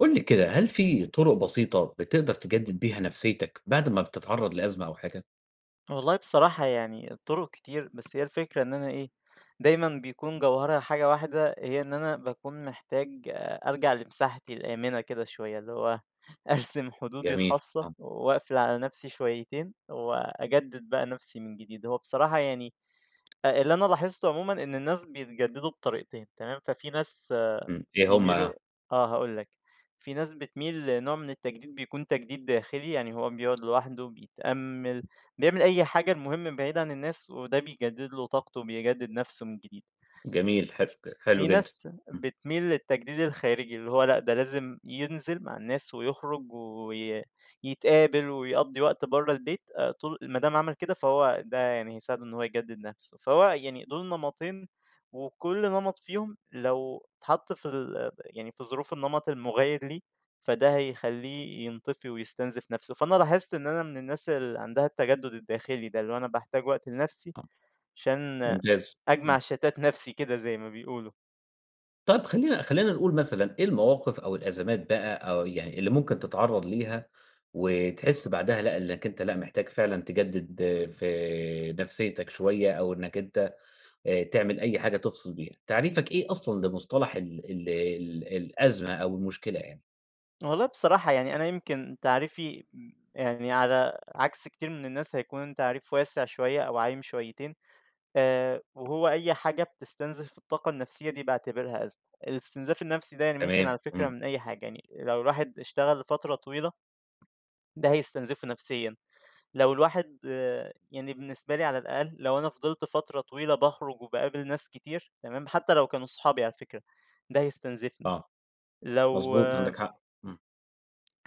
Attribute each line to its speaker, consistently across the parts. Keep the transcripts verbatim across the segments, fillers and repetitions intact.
Speaker 1: قُل لي كده، هل في طُرق بسيطة بتقدر تجدد بيها نفسيتك بعد ما بتتعرّض لأزمة أو حاجة؟
Speaker 2: والله بصراحة يعني الطرق كتير بس هي الفكرة إن أنا إيه دايما بيكون جوهرها حاجة واحدة هي إن أنا بكون محتاج آه، أرجع لمساحتي الآمنة كده شوية اللي هو أرسم حدودي
Speaker 1: جميل،
Speaker 2: الخاصة
Speaker 1: آه،
Speaker 2: وأقفل على نفسي شويتين وأجدد بقى نفسي من جديد هو بصراحة يعني آه، اللي أنا لاحظته عموما إن الناس بيتجددوا بطريقتين تمام ففي ناس
Speaker 1: إمم، إيه هُم؟
Speaker 2: بيميلوا آه هاقول لك، في ناس بتميل لنوع من التجديد بيكون تجديد داخلي، يعني هو بيقعد لوحده بيتأمل، بيعمل أي حاجة المهم بعيد عن الناس وده بيجدد له طاقته، بيجدد نفسه من جديد.
Speaker 1: جميل، حلو حلو
Speaker 2: في
Speaker 1: جدًا،
Speaker 2: ناس
Speaker 1: إمم،
Speaker 2: بتميل للتجديد الخارجي، اللي هو لأ ده لازم ينزل مع الناس ويخرج وي يتقابل ويقضّي وقت برّه البيت، آآ طول ما دام عمل كده فهو ده يعني هيساعده إن هو يجدد نَفْسه، فهو يعني دول نمطين وكل نمط فيهم لو اتحط في ال يعني في ظروف النمط المغاير ليه، فده هيخلّيه ينطفي ويستنزف نَفْسه، فأنا لاحظت إن أنا من الناس اللي عندها التجدد الداخلي ده، اللي هو أنا باحتاج وقت لنَفْسي
Speaker 1: آه،
Speaker 2: عشان
Speaker 1: ممتاز،
Speaker 2: أجمع
Speaker 1: إمم،
Speaker 2: شتات نَفْسي كده زي ما بيقولوا.
Speaker 1: طيب خلّينا خلّينا نقول مثلًا إيه المواقف أو الأزمات بقى أو يعني اللي ممكن تتعرّض ليها وتحس بعدها لأ، إنك أنت لأ، محتاج فعلًا تجدد آه، في نفسيتك شوية أو إنك أنت آآ، تعمل أي حاجة تفصل بيها، تعريفك إيه أصلًا لمصطلح ال ال ال الأزمة أو المشكلة يعني؟
Speaker 2: والله بصراحة يعني أنا يمكن تعريفي م- يعني على عكس كتير من الناس هيكون تعريف واسع شوية أو عايم شويتين آه، وهو أي حاجة بتستنزف الطاقة النفسية دي بعتبرها أزمة. الاستنزاف النفسي ده يعني ممكن
Speaker 1: تمام،
Speaker 2: على فكرة
Speaker 1: إمم.
Speaker 2: من أي حاجة يعني لو الواحد اشتغل لفترة طويلة ده هيستنزفه نفسيا. لو الواحد آه، يعني بالنسبة لي على الأقل لو أنا فضلت فترة طويلة بخرج وبقابل ناس كتير تمام حتى لو كانوا صحابي على فكرة ده هيستنزفني.
Speaker 1: آه،
Speaker 2: لو
Speaker 1: مضبوط عندك حق، إمم،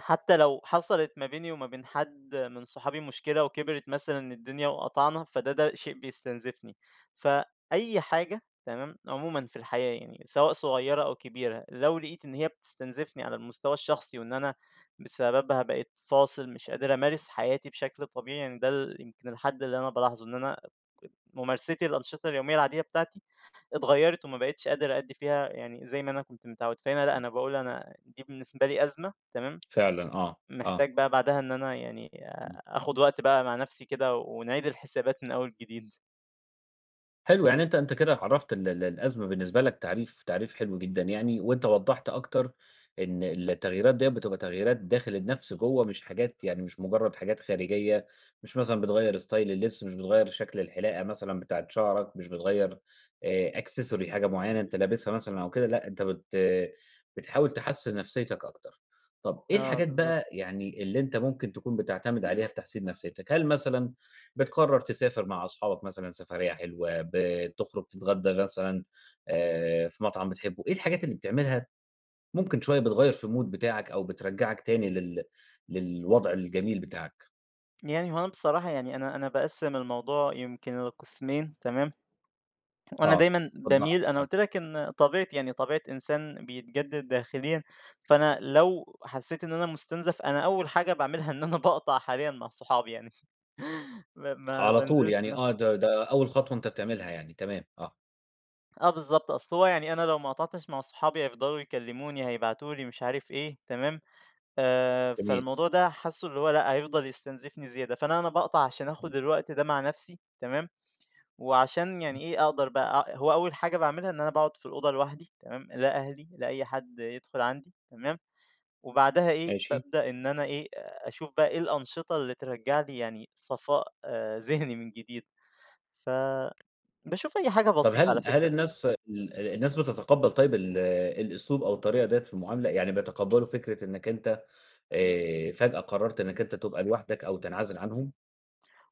Speaker 2: حتى لو حصلت ما بيني وما بين حد من صحابي مشكلة وكبرت مثلًا الدنيا وقطعنا، فده ده شيء بيستنزفني. فأي حاجة تمام، عمومًا في الحياة يعني سواء صغيرة أو كبيرة، لو لقيت إن هي بتستنزفني على المستوى الشخصي وإن أنا بسببها بقيت فاصل مش قادر أمارس حياتي بشكل طبيعي، يعني ده ال يمكن الحد اللي أنا بالاحظه، إن أنا ممارستي للأنشطة اليومية العادية بتاعتي اتغيرت وما بقيتش قادر أأدي فيها يعني زي ما أنا كنت متعود. فهنا لأ،
Speaker 1: إمم،
Speaker 2: أنا باقول أنا دي بالنسبة لي أزمة تمام،
Speaker 1: فعلًا آه، آه،
Speaker 2: محتاج بقى بعدها إن أنا يعني
Speaker 1: إمم.
Speaker 2: آآ آخُد وقت بقى مع نَفْسي كده ونعيد الحسابات من أول جديد.
Speaker 1: حلو، يعني أنت أنت كده عرّفت ال ال الأزمة بالنسبة لك تعريف تعريف حلو جدًا يعني، وأنت وضّحت أكتر إن التغييرات ديّة بتبقى تغييرات داخل النَفْس جوّه مش حاجات يعني مش مجرّد حاجات خارجية، مش مثلًا بتغيّر ستايل اللبس، مش بتغيّر شكل الحلاقة مثلًا بتاعة شعرك، مش بتغيّر آآ accessory حاجة معيّنة أنت لابسها مثلًا أو كده، لأ أنت بت بتحاول تحسّن نَفْسيتك أكتر. طَب إيه
Speaker 2: آه،
Speaker 1: الحاجات
Speaker 2: بالضبط.
Speaker 1: بقى يعني اللي أنت ممكن تكون بتعتمد عليها في تحسين نَفْسيتك؟ هل مثلًا بتقرّر تسافر مع أصحابك مثلًا سفرية حلوة، بتخرج تتغدى مثلًا آآ في مطعم بتحبه، إيه الحاجات اللي بتعملها ممكن شوية بتغيّر في المود بتاعك أو بترجّعك تاني لل للوضع الجميل بتاعك؟
Speaker 2: يعني هو أنا بصراحة يعني أنا أنا باقسّم الموضوع يمكن لقِسمين تمام، وأنا
Speaker 1: آه.
Speaker 2: دايمًا
Speaker 1: وضّح
Speaker 2: باميل
Speaker 1: لي،
Speaker 2: أنا
Speaker 1: آه.
Speaker 2: قُلت لك إن طبيعتي يعني طبيعة إنسان بيتجدد داخليًا، فأنا لو حسّيت إن أنا مُستنزف، أنا أول حاجة باعملها إن أنا باقطع حاليًا مع صحابي يعني ب ما
Speaker 1: على طول
Speaker 2: بانزلش
Speaker 1: يعني
Speaker 2: معاهم.
Speaker 1: آه، ده ده أول خطوة أنت بتعملها يعني، تمام، آه،
Speaker 2: آه بالضبط، أصل هو يعني أنا لو ما قطعتش مع صحابي هيفضلوا يكلّموني، هيبعتوا لي مش عارف إيه، تمام؟ آآ،
Speaker 1: جميل.
Speaker 2: فالموضوع ده حاسُّه اللي هو لأ، هيفضل يستنزفني زيادة، فأنا أنا باقطع عشان
Speaker 1: إمم،
Speaker 2: آخُد الوقت ده مع نَفْسي تمام، وعشان
Speaker 1: إمم،
Speaker 2: يعني إيه، أقدر بقى أ هو أول حاجة باعملها إن أنا باقعُد في الأوضة لوحدي تمام، لا أهلي، لا أي حد يدخُل عندي تمام، وبعدها إيه،
Speaker 1: ماشي.
Speaker 2: بابدأ إن أنا إيه، أ أشوف بقى إيه الأنشطة اللي ترجّع لي يعني صفاء آآ، ذهني من جديد، ف باشوف أي حاجة
Speaker 1: طَب
Speaker 2: بسيطة على
Speaker 1: هل هل
Speaker 2: فكرة.
Speaker 1: الناس ال الناس بتتقبّل طيب ال الأسلوب أو الطريقة ديّة في المعاملة؟ يعني بيتقبّلوا فكرة إنّك أنت آآ فجأة قررت إنّك أنت تبقى لوحدك أو تنعزل عنهم؟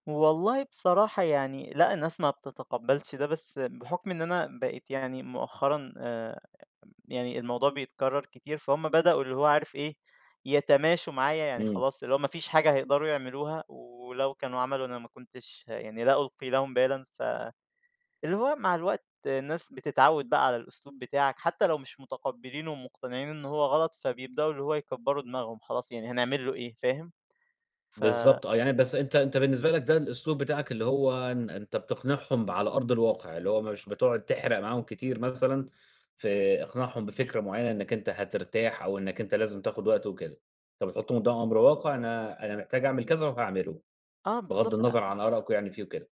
Speaker 2: والله بصراحة يعني لأ، الناس ما بتتقبّلش ده، بس بحُكم إن أنا بقيت يعني مؤخرًا آآ يعني الموضوع بيتكرر كتير، فهُم بدأوا اللي هو عارف إيه، يتماشوا معايا يعني
Speaker 1: إمم،
Speaker 2: خلاص اللي هو ما فيش حاجة هيقدروا يعملوها، ولو كانوا عملوا أنا ما كنتش ه- يعني لا ألقي لهم بالًا، فاللي هو مع الوقت الناس بتتعود بقى على الأسلوب بتاعك، حتى لو مش متقبلينه ومقتنعين إن هو غلط، فبيبدأوا اللي هو يكبروا دماغهم خلاص يعني هنعمل له إيه، فاهم؟ ف
Speaker 1: بالضبط آه، يعني بس أنت أنت بالنسبة لك ده الأسلوب بتاعك اللي هو إن أنت بتقنعهم على أرض الواقع، اللي هو مش بتقعد تحرق معاهم كتير مثلًا في إقناعهم بفكرة معينة إنك أنت هترتاح أو إنك أنت لازم تاخد وقت وكده، أنت بتحطهم قدام أمر واقع أنا أنا محتاج أعمل كذا وهاعمله،
Speaker 2: آه
Speaker 1: بغض
Speaker 2: بالضبط.
Speaker 1: النظر عن آرائكم يعني فيه وكده،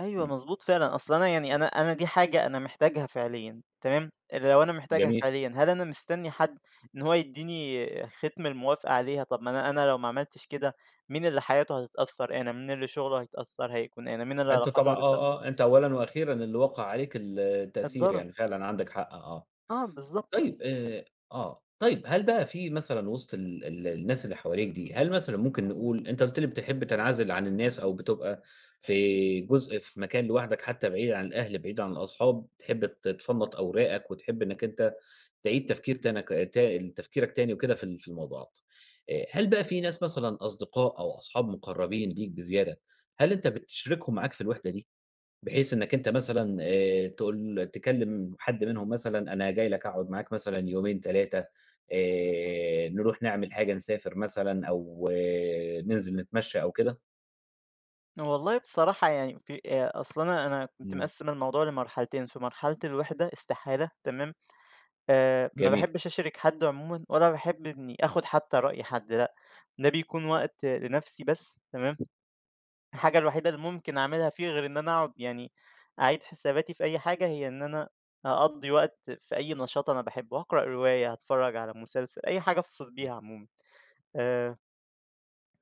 Speaker 2: أيوه
Speaker 1: إمم،
Speaker 2: مضبوط فعلًا، أصل أنا يعني
Speaker 1: إمم،
Speaker 2: أنا أنا دي حاجة أنا محتاجها فعليًا تمام، لو أنا محتاجها
Speaker 1: جميل،
Speaker 2: فعليًا هل أنا مستني حد إن هو يدّيني ختم الموافقة عليها؟ طب ما أنا أنا لو ما عملتش كده مين اللي حياته هتتأثّر أنا، مين اللي شغله هيتأثّر هيكون أنا، مين اللي
Speaker 1: أنت
Speaker 2: علاقاته
Speaker 1: طبعًا
Speaker 2: هتتأثّر
Speaker 1: آه، آه، أنت أولًا وأخيرًا اللي وقع عليك ال التأثير
Speaker 2: الضرر،
Speaker 1: يعني فعلًا عندك حق آه. آه.
Speaker 2: آه بالضبط.
Speaker 1: طيب آآ آه. طيب هل بقى في مثلًا وسط ال ال الناس اللي حواليك دي، هل مثلًا ممكن نقول أنت قُلت لي بتحب تنعزل عن الناس أو بتبقى في جزء في مكان لوحدك حتى بعيد عن الأهل، بعيد عن الأصحاب، تحب ت تفنّط أوراقك وتحب إنّك أنت تعيد تفكير تنك تا تفكيرك تاني وكده في ال في الموضوعات. آآ هل بقى في ناس مثلًا أصدقاء أو أصحاب مقرّبين ليك بزيادة، هل أنت بتشركهم معاك في الوحدة دي؟ بحيث إنّك أنت مثلًا آآ تقول تكلّم حد منهم مثلًا أنا جاي لك أقعد معاك مثلًا يومين تلاتة آآ نروح نعمل حاجة، نسافر مثلًا أو آه، ننزل نتمشّى أو كده؟
Speaker 2: والله بصراحة يعني في آآ أصل أنا أنا كنت
Speaker 1: إمم،
Speaker 2: مقسّم الموضوع لمرحلتين، في مرحلة الوِحدة استحالة تمام. آآ ما
Speaker 1: جميل.
Speaker 2: باحبش أشارك حد عمومًا ولا باحب إنّي آخُد حتّى رأي حد لأ، ده بيكون وقت لنَفْسي بس تمام، الحاجة الوحيدة اللي ممكن أعملها فيه غير إن أنا أقعد يعني أعيد حساباتي في أي حاجة، هي إن أنا أقضّي وقت في أي نشاط أنا باحبّه، هاقرأ رواية، هاتفرّج على مسلسل، أي حاجة أفصِل بيها عمومًا. آآ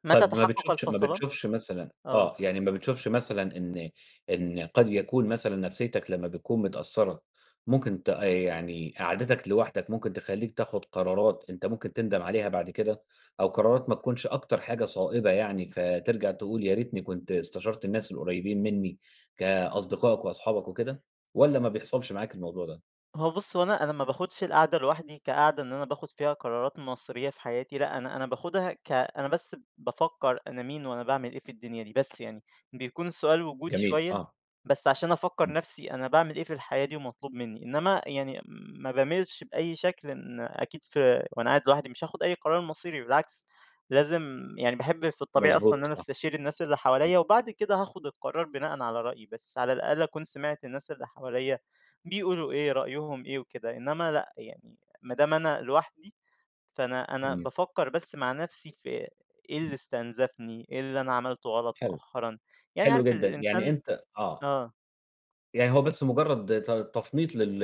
Speaker 2: متى
Speaker 1: طَب ما
Speaker 2: تحقَّق
Speaker 1: بتشوفش ما
Speaker 2: الفَصلان.
Speaker 1: بتشوفش مثلًا
Speaker 2: آه.
Speaker 1: آه، يعني ما بتشوفش مثلًا إن إن قد يكون مثلًا نفسيتك لمّا بتكون متأثّرة، ممكن ت يعني قعدتك لوحدك ممكن تخلّيك تاخد قرارات أنت ممكن تندم عليها بعد كده، أو قرارات ما تكونش أكتر حاجة صائبة يعني، فترجع تقول يا ريتني كنت استشرت الناس القريبين منّي كأصدقائك وأصحابك وكده، والّا ما بيحصلش معاك الموضوع ده؟
Speaker 2: هو بُص، هو أنا أنا ما باخدش القعدة لوحدي كقعدة إن أنا باخد فيها قرارات مصيرية في حياتي، لأ، أنا أنا باخدها ك أنا بس بافكّر أنا مين وأنا باعمل إيه في الدنيا دي، بس يعني بيكون السؤال وجودي
Speaker 1: جميل،
Speaker 2: شوية،
Speaker 1: آه،
Speaker 2: بس عشان أفكّر
Speaker 1: إمم،
Speaker 2: نَفْسي أنا باعمل إيه في الحياة دي ومطلوب منّي، إنّما يعني ما باميلش بأي شكل إن أكيد في وأنا قاعد لوحدي مش هاخد أي قرار مصيري بالعكس، لازم يعني باحب في الطبيعي أصلًا إن
Speaker 1: مضبوط،
Speaker 2: أنا
Speaker 1: آه،
Speaker 2: أستشير الناس اللي
Speaker 1: إمم،
Speaker 2: حواليّا وبعد كده هاخد القرار بناءً على رأيي، بس على الأقل أكون سمعت الناس اللي حواليّا بيقولوا إيه، رأيهم إيه وكده، إنما لأ، يعني ما دام أنا لوحدي، فأنا أنا
Speaker 1: إمم،
Speaker 2: بافكّر بس مع نَفْسي في إيه اللي استنزفني، إيه اللي أنا عملته غلط
Speaker 1: حلو،
Speaker 2: مؤخرًا، يعني
Speaker 1: حلو
Speaker 2: عارف
Speaker 1: جدًا، يعني
Speaker 2: الإنسان
Speaker 1: أنت آه.
Speaker 2: آه،
Speaker 1: يعني هو بس مجرّد ت تفنيط لل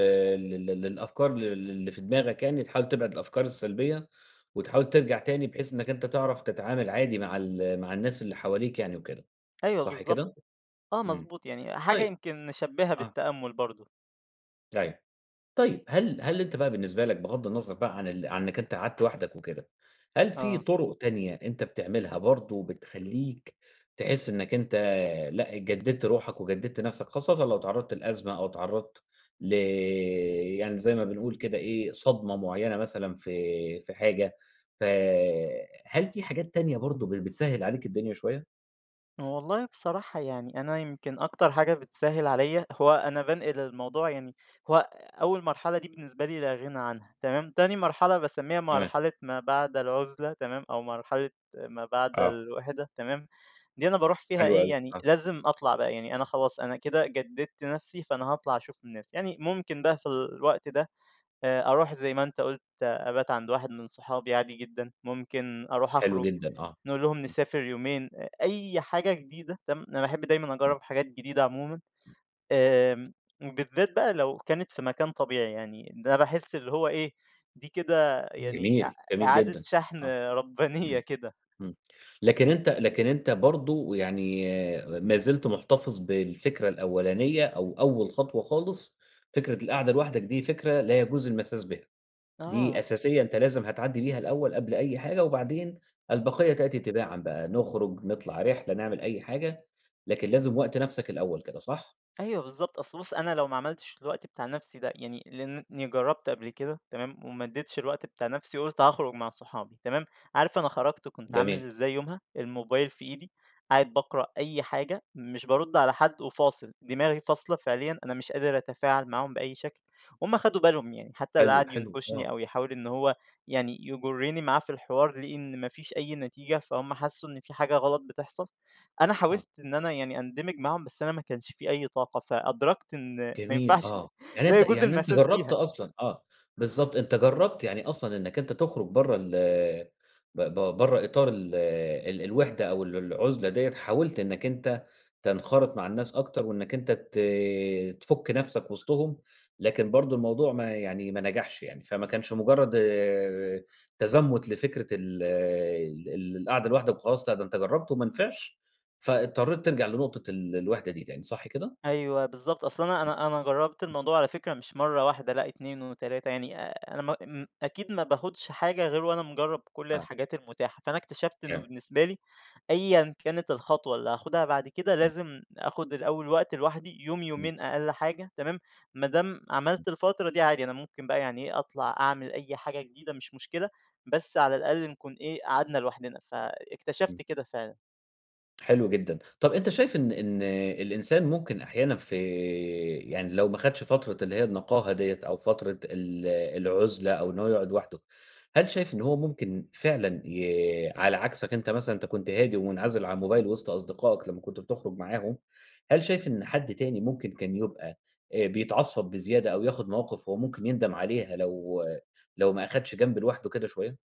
Speaker 1: لل للأفكار ل اللي في دماغك يعني، تحاول تبعد الأفكار السلبية، وتحاول ترجع تاني بحيث إنّك أنت تعرف تتعامل عادي مع ال مع الناس اللي حواليك يعني وكده،
Speaker 2: أيوه
Speaker 1: صح كده؟
Speaker 2: بالضبط، آه
Speaker 1: إمم،
Speaker 2: مضبوط، يعني حاجة
Speaker 1: طيب
Speaker 2: يمكن نشبّهها
Speaker 1: آه،
Speaker 2: بالتأمُّل برضه،
Speaker 1: أيوه. طيب هل هل أنت بقى بالنسبة لك بغض النظر بقى عن ال عن إنك أنت قعدت وحدك وكده، هل في
Speaker 2: آه.
Speaker 1: طرق تانية أنت بتعملها برضه بتخلّيك تحس إنك أنت لأ جددت روحك وجددت نفسك، خاصةً لو اتعرضت لأزمة أو اتعرضت ل يعني زي ما بنقول كده إيه صدمة معينة مثلًا في في حاجة، فهل في حاجات تانية برضه ب بتسهّل عليك الدنيا شوية؟
Speaker 2: والله بصراحة يعني أنا يمكن أكتر حاجة بتسهِّل عليَّ، هو أنا بانقل الموضوع يعني هو أول مرحلة دي بالنسبة لي لا غنى عنها تمام، تاني مرحلة باسميها
Speaker 1: تمام،
Speaker 2: مرحلة ما بعد العُزلة تمام، أو مرحلة ما بعد
Speaker 1: آه،
Speaker 2: الوِحدة تمام، دي أنا باروح فيها
Speaker 1: حلو
Speaker 2: إيه،
Speaker 1: أوي،
Speaker 2: يعني
Speaker 1: آه،
Speaker 2: لازم أطلع بقى، يعني أنا خلاص أنا كده جدِّدت نَفْسي، فأنا هاطلع أشوف الناس، يعني ممكن بقى في الوقت ده آآ أروح زي ما أنت قُلت آه، أبات عند واحد من صحابي عادي جدًا، ممكن أروح
Speaker 1: حلو
Speaker 2: أخرج،
Speaker 1: جدًا، آه،
Speaker 2: نقول لهم
Speaker 1: إمم،
Speaker 2: نسافر يومين، أ أي حاجة جديدة تمام، أنا باحب دايمًا
Speaker 1: إمم،
Speaker 2: أجرّب حاجات جديدة عمومًا، آمم وبالذات بقى لو كانت في مكان طبيعي، يعني ده باحس اللي هو إيه، دي كده يعني إع
Speaker 1: جميل، جميل
Speaker 2: إعادة
Speaker 1: جدًا،
Speaker 2: شحن
Speaker 1: آه،
Speaker 2: ربانية
Speaker 1: إمم.
Speaker 2: كده.
Speaker 1: إمم. لكن أنت لكن أنت برضه يعني آه، ما زلت محتفظ بالفكرة الأولانية أو أول خطوة خالص، فكرة القعدة لوحدك دي فكرة لا يجوز المساس بها، دي
Speaker 2: آه.
Speaker 1: أساسية أنت لازم هتعدّي بيها الأول قبل أي حاجة، وبعدين البقية تأتي تباعًا بقى، نخرج، نطلع رحلة، نعمل أي حاجة، لكن لازم وقت نَفْسك الأول كده صح؟
Speaker 2: أيوه بالضبط، أصل بُص أنا لو ما عملتش الوقت بتاع نَفْسي ده يعني لإنّي جرّبت قبل كده تمام، وما ادّيتش الوقت بتاع نَفْسي قُلت هاخرج مع صحابي تمام، عارف أنا خرجت كنت
Speaker 1: جميل،
Speaker 2: عامل إزاي يومها؟ الموبايل في إيدي، قاعد باقرا أي حاجة، مش بارُد على حد وفاصل، دماغي فاصلة فعليًا أنا مش قادر أتفاعل معاهم بأي شكل، هُم خدوا بالهم يعني حتى اللي
Speaker 1: حلو،
Speaker 2: قعد
Speaker 1: حلو،
Speaker 2: ينكشني
Speaker 1: آه،
Speaker 2: أو يحاول إن هو يعني يجرّني معاه في الحوار لقي إن ما فيش أي نتيجة، فهُم حسّوا إن في حاجة غلط بتحصل. أنا
Speaker 1: آه.
Speaker 2: حاولت إن أنا يعني أندمج معاهم، بس أنا ما كانش في أي طاقة، فأدركت إن ما
Speaker 1: جميل
Speaker 2: ينفعش.
Speaker 1: آه، يعني
Speaker 2: لا
Speaker 1: أنت
Speaker 2: يجوز
Speaker 1: يعني أنت
Speaker 2: المساس
Speaker 1: جرّبت
Speaker 2: بيها.
Speaker 1: أصلًا آه، بالضبط أنت جرّبت يعني أصلًا إنّك أنت تخرج برّه ال ب ب برّه إطار ال ال الوحدة أو ال العُزلة ديّة، حاولت إنّك أنت تنخرط مع الناس أكتر وإنّك أنت ت تفُك نَفْسك وسطهم، لكن برضه الموضوع ما يعني ما نجحش يعني، فما كانش مجرّد آآ تزمُت لفكرة ال ال ال القعدة لوحدك وخلاص، لأ ده أنت جرّبت وما نفعش، فاضطريت ترجع لنقطة ال الوحدة دي تاني، صح كده؟
Speaker 2: أيوه بالضبط، أصل أنا أنا أنا جرّبت الموضوع على فكرة مش مرّة واحدة لأ اتنين و3 يعني آآ أنا ما م أكيد ما باخدش حاجة غير وأنا مجرّب كل
Speaker 1: آه،
Speaker 2: الحاجات المتاحة، فأنا اكتشفت إنه
Speaker 1: تمام.
Speaker 2: بالنسبة لي أيًا كانت الخطوة اللي هاخدها بعد كده لازم آخد الأول وقت لوحدي يوم،
Speaker 1: إمم،
Speaker 2: يومين أقل حاجة تمام، ما دام
Speaker 1: إمم،
Speaker 2: عملت الفترة دي عادي أنا ممكن بقى يعني إيه أطلع أعمل أي حاجة جديدة مش مشكلة، بس على الأقل نكون إيه قعدنا لوحدنا،
Speaker 1: إمم،
Speaker 2: فاكتشفت كده فعلًا.
Speaker 1: حلو جدًا. طب أنت شايف إن إن الإنسان ممكن أحيانًا في يعني لو ما خدش فترة اللي هي النقاهة ديّة أو فترة ال العُزلة أو إن هو يقعد لوحده، هل شايف إن هو ممكن فعلًا ي على عكسك أنت مثلًا أنت كنت هادي ومنعزل عن الموبايل وسط أصدقائك لمّا كنت بتخرج معاهم، هل شايف إن حد تاني ممكن كان يبقى آآ بيتعصب بزيادة أو ياخد مواقف هو ممكن يندم عليها لو لو ما أخدش جنب لوحده كده شوية؟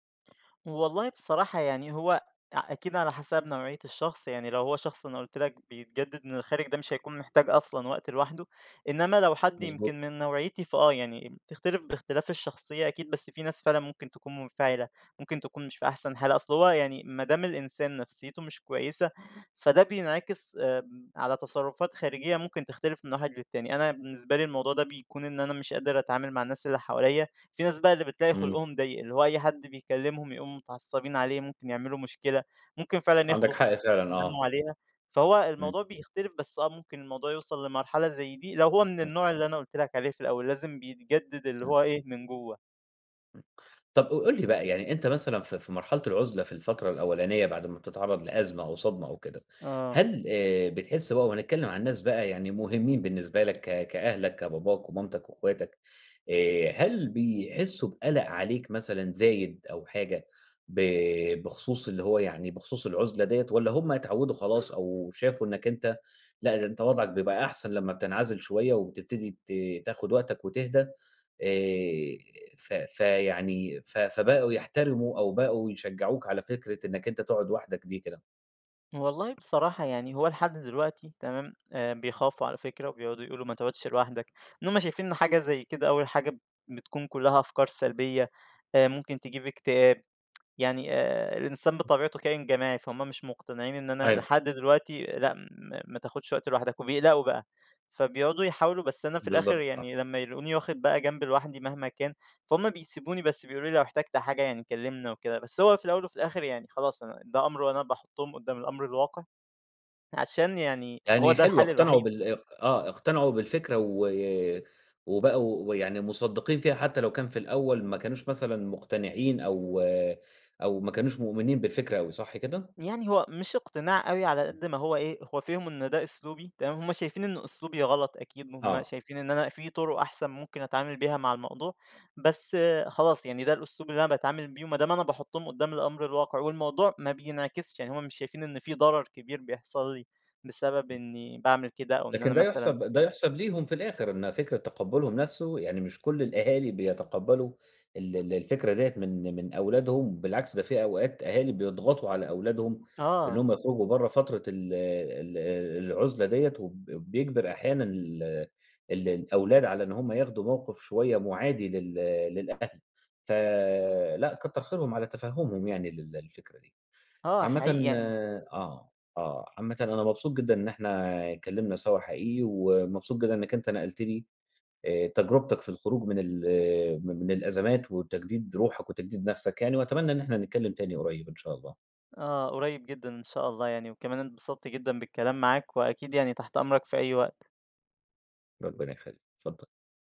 Speaker 2: والله بصراحة يعني هو ع- أكيد على حسب نوعية الشخص يعني لو هو شخص أنا قلت لك بيتجدد من الخارج ده مش هيكون محتاج أصلا وقت لوحده إنما لو حد
Speaker 1: مضبوط،
Speaker 2: يمكن من نوعيتي فأه يعني تختلف باختلاف الشخصية أكيد بس في ناس فعلا ممكن تكون منفعلة ممكن تكون مش في أحسن حالة أصل هو يعني ما دام الإنسان نفسيته مش كويسة فده بينعكس آه، على تصرفات خارجية ممكن تختلف من واحد للتاني أنا بالنسبة لي الموضوع ده بيكون إن أنا مش قادر أتعامل مع الناس اللي حواليا. في ناس بقى اللي بتلاقي
Speaker 1: إمم،
Speaker 2: خلقهم ضيق، اللي هو أي حد بيكلمهم يقوموا متعصبين عليه، ممكن يعملوا مشكلة، ممكن فعلًا
Speaker 1: عندك
Speaker 2: ياخدوا
Speaker 1: حق
Speaker 2: قرار
Speaker 1: فعلًا،
Speaker 2: يندموا
Speaker 1: آه،
Speaker 2: عليها، فهو
Speaker 1: إمم.
Speaker 2: الموضوع بيختلف بس آه، ممكن الموضوع يوصل لمرحلة زي دي لو هو من
Speaker 1: إمم،
Speaker 2: النوع اللي أنا قُلت لك عليه في الأول، لازم بيتجدد اللي
Speaker 1: إمم،
Speaker 2: هو إيه، من جوّه.
Speaker 1: إمم. طب ق قُل لي بقى يعني أنت مثلًا في في مرحلة العُزلة في الفترة الأولانية بعد ما بتتعرّض لأزمة أو صدمة أو كده،
Speaker 2: آه.
Speaker 1: هل آآ بتحس بقى وهنتكلّم عن ناس بقى يعني مهمّين بالنسبة لك ك كأهلك، كباباك ومامتك وأخواتك، آآ هل بيحسّوا بقَلَق عليك مثلًا زايد أو حاجة ب بخصوص اللي هو يعني بخصوص العُزلة ديّة والّا هم اتعوّدوا خلاص أو شافوا إنّك أنت لأ، ده أنت وضعك بيبقى أحسن لمّا بتنعزل شوية وبتبتدي ت تاخُد وقتك وتهدى آآ ف فيعني ف فبقوا يحترموا أو بقوا يشجّعوك على فكرة إنّك أنت تقعد وحدك دي كده.
Speaker 2: والله بصراحة يعني هو لحد دلوقتي تمام، آآ بيخافوا على فكرة وبيقعدوا يقولوا ما تقعدش لوحدك، إن هُم شايفين إن حاجة زي كده أول حاجة بتكون كلّها أفكار سلبية، آآ ممكن تجيب اكتئاب. يعني آآ الإنسان بطبيعته كائن جماعي، فهُم مش مقتنعين إن أنا
Speaker 1: أيوه،
Speaker 2: لحد دلوقتي لأ، ما ما تاخدش وقت لوحدك، وبيقلقوا بقى، فبيقعدوا يحاولوا بس أنا في الآخر
Speaker 1: بالضبط، آه.
Speaker 2: يعني لمّا يلاقوني واخد بقى جنب لوحدي مهما كان، فهُم بيسيبوني بس بيقولوا لي لو احتجت حاجة يعني كلمنا وكده، بس هو في الأول وفي الآخر يعني خلاص أنا ده أمر وأنا باحطهم قدّام الأمر الواقع، عشان يعني هو
Speaker 1: يعني
Speaker 2: ده
Speaker 1: حلو
Speaker 2: الحل
Speaker 1: اقتنعوا
Speaker 2: الوحيد.
Speaker 1: بال اق آه، اقتنعوا بالفكرة و وبقوا ويعني مُصدّقين فيها حتى لو كان في الأول ما كانوش مثلًا مقتنعين أو أو ما كانوش مؤمنين بالفكرة أوي، صح كده؟
Speaker 2: يعني هو مش اقتناع أوي على قد ما هو إيه، هو فِهِم إن ده أسلوبي تمام، هُم شايفين إن أسلوبي غلط أكيد، هُم
Speaker 1: آه.
Speaker 2: شايفين إن أنا في طُرق أحسن ممكن أتعامل بيها مع الموضوع، بس آه، خلاص يعني ده الأسلوب اللي أنا باتعامل بيه وما دام أنا باحطّهم قدّام الأمر الواقع والموضوع ما بينعكسش، يعني هُم مش شايفين إن في ضرر كبير بيحصل لي بسبب إني باعمل كده أو إن
Speaker 1: لكن
Speaker 2: أنا
Speaker 1: ده
Speaker 2: مثلًا
Speaker 1: يُحسب ده يُحسب ليهم في الآخر، إن فكرة تقبُّلهم نَفْسه يعني مش كل الأهالي بيتقبّلوا ال ال الفكرة ديّة من من أولادهم، بالعكس ده في أوقات أهالي بيضغطوا على أولادهم
Speaker 2: آه،
Speaker 1: إنّهم يخرجوا برّه فترة ال ال العُزلة ديّة، وب بيجبر أحيانًا ال ال الأولاد على إن هم ياخدوا موقِف شوية مُعادي لل للأهل، فلأ كتّر خيرهم على تفهُّمهم يعني لل للفكرة دي.
Speaker 2: آه حقيقي
Speaker 1: عامةً
Speaker 2: يعني
Speaker 1: آه، آه، عامةً أنا مبسوط جدًا إن إحنا اتكلّمنا سوا حقيقي، ومبسوط جدًا إنّك أنت نقلت لي آآ تجربتك في الخروج من ال م من الأزمات وتجديد روحك وتجديد نَفْسك يعني، وأتمنى إن إحنا نتكلّم تاني قريب إن شاء الله،
Speaker 2: آه، قريب جدًا إن شاء الله يعني، وكمان اتبسطت جدًا بالكلام معاك وأكيد يعني تحت أمرك في أي وقت.
Speaker 1: ربنا يخلّيك، اتفضّل.